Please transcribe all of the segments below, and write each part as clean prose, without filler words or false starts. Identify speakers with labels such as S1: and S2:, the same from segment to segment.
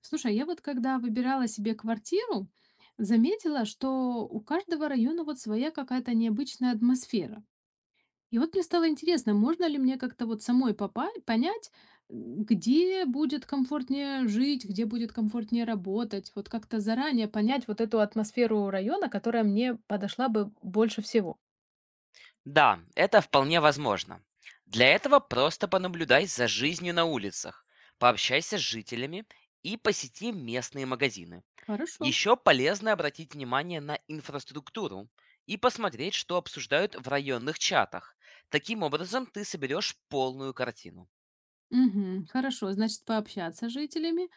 S1: Слушай, а я вот когда выбирала себе квартиру, заметила, что у каждого района вот своя какая-то необычная атмосфера. И вот мне стало интересно, можно ли мне как-то вот самой понять, где будет комфортнее жить, где будет комфортнее работать, вот как-то заранее понять вот эту атмосферу района, которая мне подошла бы больше всего.
S2: Да, это вполне возможно. Для этого просто понаблюдай за жизнью на улицах, пообщайся с жителями и посети местные магазины.
S1: Хорошо.
S2: Еще полезно обратить внимание на инфраструктуру и посмотреть, что обсуждают в районных чатах. Таким образом, ты соберешь полную картину.
S1: Мгм. Хорошо, значит, пообщаться с жителями,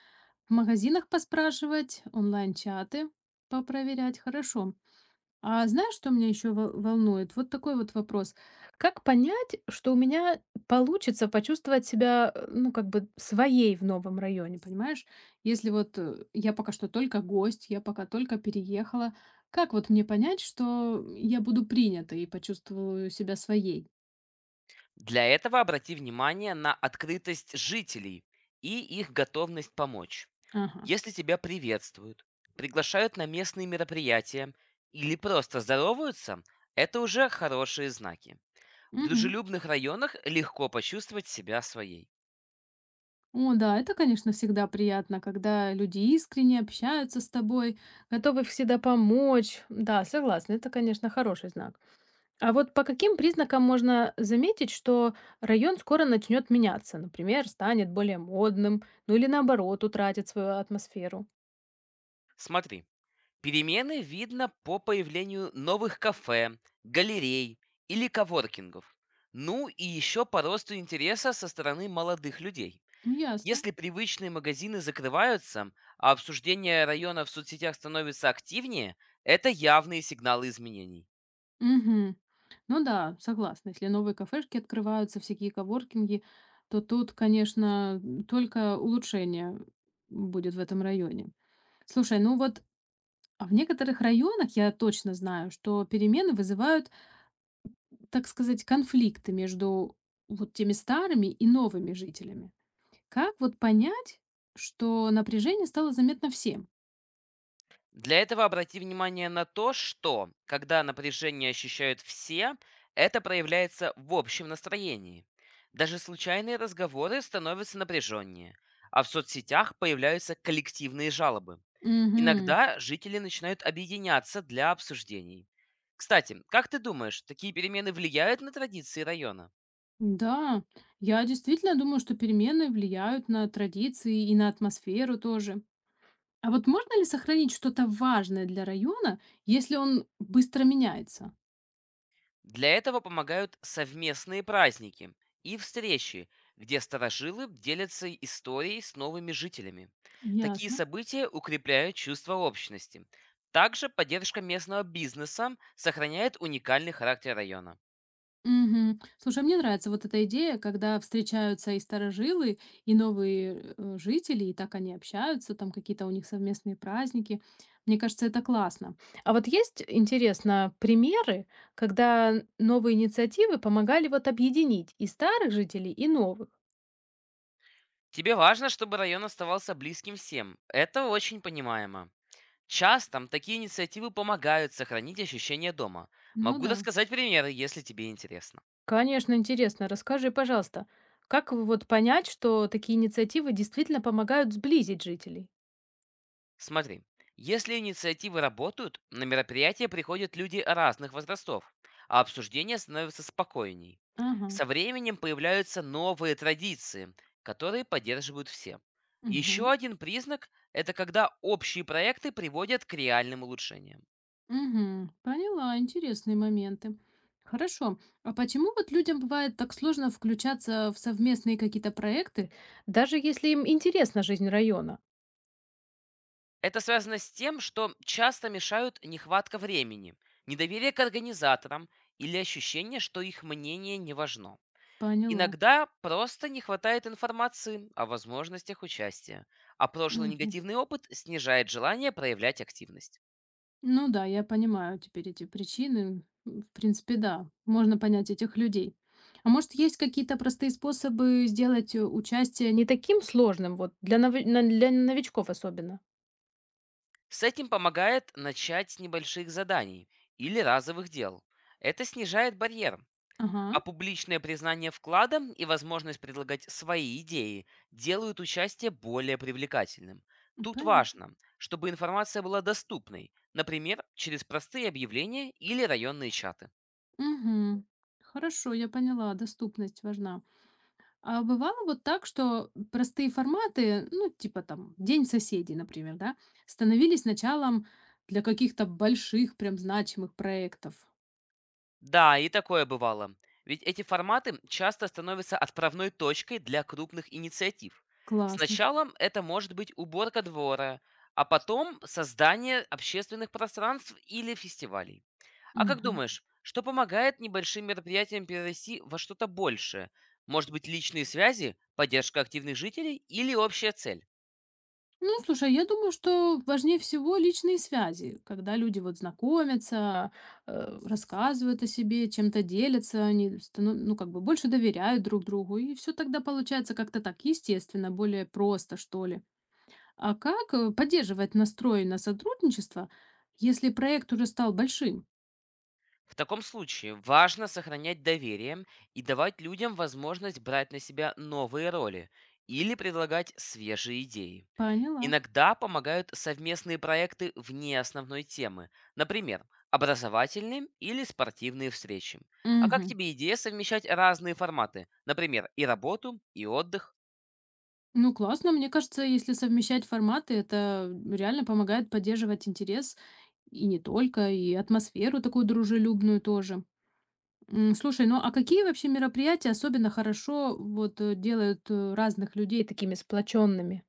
S1: в магазинах поспрашивать, онлайн-чаты попроверять, хорошо. А знаешь, что меня еще волнует? Вот такой вот вопрос. Как понять, что у меня получится почувствовать себя, ну, как бы своей в новом районе, понимаешь? Если вот я пока что только гость, я пока только переехала, как вот мне понять, что я буду принята и почувствую себя своей?
S2: Для этого обрати внимание на открытость жителей и их готовность помочь.
S1: Ага.
S2: Если тебя приветствуют, приглашают на местные мероприятия или просто здороваются, это уже хорошие знаки. В
S1: Мгм.
S2: дружелюбных районах легко почувствовать себя своей.
S1: О, да, это, конечно, всегда приятно, когда люди искренне общаются с тобой, готовы всегда помочь. Да, согласна, это, конечно, хороший знак. А вот по каким признакам можно заметить, что район скоро начнет меняться? Например, станет более модным, ну или наоборот, утратит свою атмосферу.
S2: Смотри, перемены видно по появлению новых кафе, галерей или коворкингов. Ну и еще по росту интереса со стороны молодых людей.
S1: Ну, ясно.
S2: Если привычные магазины закрываются, а обсуждение района в соцсетях становится активнее, это явные сигналы изменений.
S1: Мгм. Ну да, согласна. Если новые кафешки открываются, всякие коворкинги, то тут, конечно, только улучшение будет в этом районе. Слушай, ну вот а в некоторых районах я точно знаю, что перемены вызывают, так сказать, конфликты между вот теми старыми и новыми жителями. Как вот понять, что напряжение стало заметно всем?
S2: Для этого обрати внимание на то, что, когда напряжение ощущают все, это проявляется в общем настроении. Даже случайные разговоры становятся напряженнее, а в соцсетях появляются коллективные жалобы.
S1: Угу.
S2: Иногда жители начинают объединяться для обсуждений. Кстати, как ты думаешь, такие перемены влияют на традиции района?
S1: Да, я действительно думаю, что перемены влияют на традиции и на атмосферу тоже. А вот можно ли сохранить что-то важное для района, если он быстро меняется?
S2: Для этого помогают совместные праздники и встречи, где старожилы делятся историей с новыми жителями. Такие
S1: Ясно.
S2: события укрепляют чувство общности. Также поддержка местного бизнеса сохраняет уникальный характер района.
S1: Мгм. Слушай, мне нравится вот эта идея, когда встречаются и старожилы, и новые жители, и так они общаются, там какие-то у них совместные праздники. Мне кажется, это классно. А вот есть, интересно, примеры, когда новые инициативы помогали вот объединить и старых жителей, и новых?
S2: Тебе важно, чтобы район оставался близким всем. Это очень понимаемо. Часто такие инициативы помогают сохранить ощущение дома.
S1: Ну
S2: Могу
S1: да.
S2: рассказать примеры, если тебе интересно.
S1: Конечно, интересно. Расскажи, пожалуйста, как вы вот понять, что такие инициативы действительно помогают сблизить жителей?
S2: Смотри, если инициативы работают, на мероприятие приходят люди разных возрастов, а обсуждение становится спокойней.
S1: Ага.
S2: Со временем появляются новые традиции, которые поддерживают все. Еще
S1: Мгм.
S2: один признак– это когда общие проекты приводят к реальным улучшениям.
S1: Мгм. Поняла, интересные моменты. Хорошо. А почему вот людям бывает так сложно включаться в совместные какие-то проекты? Даже если им интересна жизнь района.
S2: Это связано с тем, что часто мешают нехватка времени, недоверие к организаторам или ощущение, что их мнение не важно.
S1: Поняла.
S2: Иногда просто не хватает информации о возможностях участия, а прошлый
S1: Мгм.
S2: негативный опыт снижает желание проявлять активность.
S1: Ну да, я понимаю теперь эти причины. В принципе, да, можно понять этих людей. А может, есть какие-то простые способы сделать участие? Не таким сложным, вот для, для новичков особенно.
S2: С этим помогает начать с небольших заданий или разовых дел. Это снижает барьер,
S1: Ага,
S2: а публичное признание вклада и возможность предлагать свои идеи делают участие более привлекательным. Тут
S1: понятно.
S2: важно, чтобы информация была доступной, например, через простые объявления или районные чаты.
S1: Мгм. Хорошо, я поняла, доступность важна. А бывало вот так, что простые форматы, ну, типа там День соседей, например, да, становились началом для каких-то больших, прям значимых проектов.
S2: Да, и такое бывало. Ведь эти форматы часто становятся отправной точкой для крупных инициатив.
S1: Классно.
S2: Сначала это может быть уборка двора, а потом создание общественных пространств или фестивалей. А как
S1: Мгм.
S2: думаешь, что помогает небольшим мероприятиям перерасти во что-то большее? Может быть, личные связи, поддержка активных жителей или общая цель?
S1: Ну, слушай, я думаю, что важнее всего личные связи, когда люди вот знакомятся, рассказывают о себе, чем-то делятся, они ну, как бы больше доверяют друг другу, и все тогда получается как-то так естественно, более просто, что ли. А как поддерживать настрой на сотрудничество, если проект уже стал большим?
S2: В таком случае важно сохранять доверие и давать людям возможность брать на себя новые роли или предлагать свежие идеи.
S1: Поняла.
S2: Иногда помогают совместные проекты вне основной темы, например, образовательные или спортивные встречи. А как
S1: Мгм.
S2: тебе идея совмещать разные форматы, например, и работу, и отдых?
S1: Ну, классно. Мне кажется, если совмещать форматы, это реально помогает поддерживать интерес и не только, и атмосферу такую дружелюбную тоже. Слушай, ну а какие вообще мероприятия особенно хорошо вот делают разных людей такими сплоченными?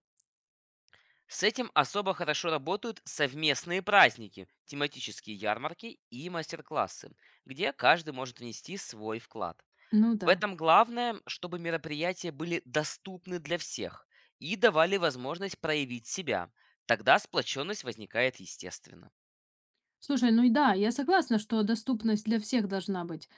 S2: С этим особо хорошо работают совместные праздники, тематические ярмарки и мастер-классы, где каждый может внести свой вклад.
S1: Ну
S2: В
S1: да.
S2: этом главное, чтобы мероприятия были доступны для всех и давали возможность проявить себя. Тогда сплоченность возникает естественно.
S1: Слушай, ну и да, я согласна, что доступность для всех должна быть.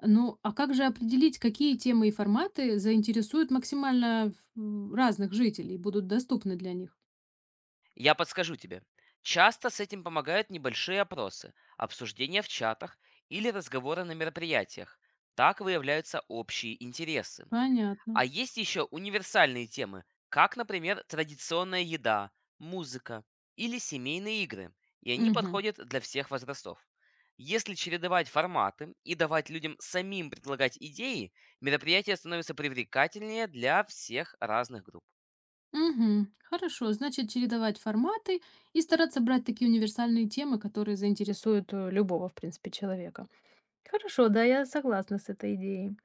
S1: Ну, а как же определить, какие темы и форматы заинтересуют максимально разных жителей, и будут доступны для них?
S2: Я подскажу тебе. Часто с этим помогают небольшие опросы, обсуждения в чатах или разговоры на мероприятиях. Так выявляются общие интересы.
S1: Понятно.
S2: А есть еще универсальные темы, как, например, традиционная еда, музыка или семейные игры, и они
S1: Мгм.
S2: подходят для всех возрастов. Если чередовать форматы и давать людям самим предлагать идеи, мероприятие становится привлекательнее для всех разных групп.
S1: Мгм. Хорошо, значит, чередовать форматы и стараться брать такие универсальные темы, которые заинтересуют любого, в принципе, человека. Хорошо, да, я согласна с этой идеей.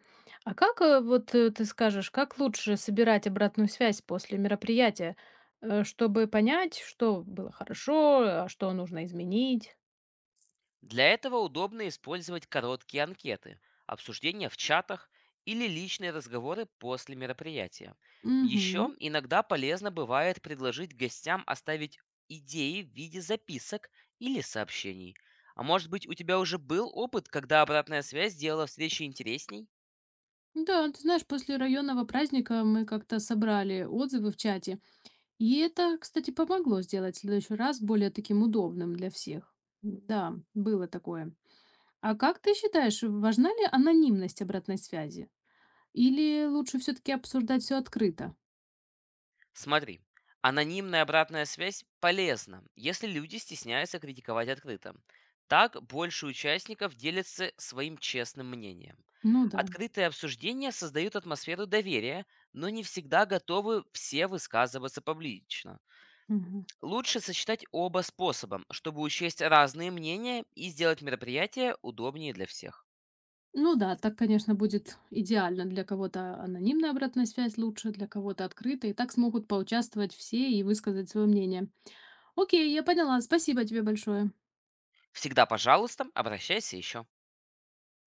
S1: А как вот ты скажешь, как лучше собирать обратную связь после мероприятия, чтобы понять, что было хорошо, а что нужно изменить?
S2: Для этого удобно использовать короткие анкеты, обсуждения в чатах или личные разговоры после мероприятия.
S1: Мгм.
S2: Еще иногда полезно бывает предложить гостям оставить идеи в виде записок или сообщений. А может быть у тебя уже был опыт, когда обратная связь делала встречи интересней?
S1: Да, ты знаешь, после районного праздника мы как-то собрали отзывы в чате. И это, кстати, помогло сделать следующий раз более таким удобным для всех. Да, было такое. А как ты считаешь, важна ли анонимность обратной связи? Или лучше все-таки обсуждать все открыто?
S2: Смотри, анонимная обратная связь полезна, если люди стесняются критиковать открыто. Так больше участников делятся своим честным мнением.
S1: Ну да.
S2: Открытые обсуждения создают атмосферу доверия, но не всегда готовы все высказываться публично.
S1: Мгм.
S2: Лучше сочетать оба способа, чтобы учесть разные мнения и сделать мероприятие удобнее для всех.
S1: Ну да, так, конечно, будет идеально. Для кого-то анонимная обратная связь лучше, для кого-то открыта. И так смогут поучаствовать все и высказать свое мнение. Окей, я поняла. Спасибо тебе большое.
S2: Всегда, пожалуйста, обращайся еще.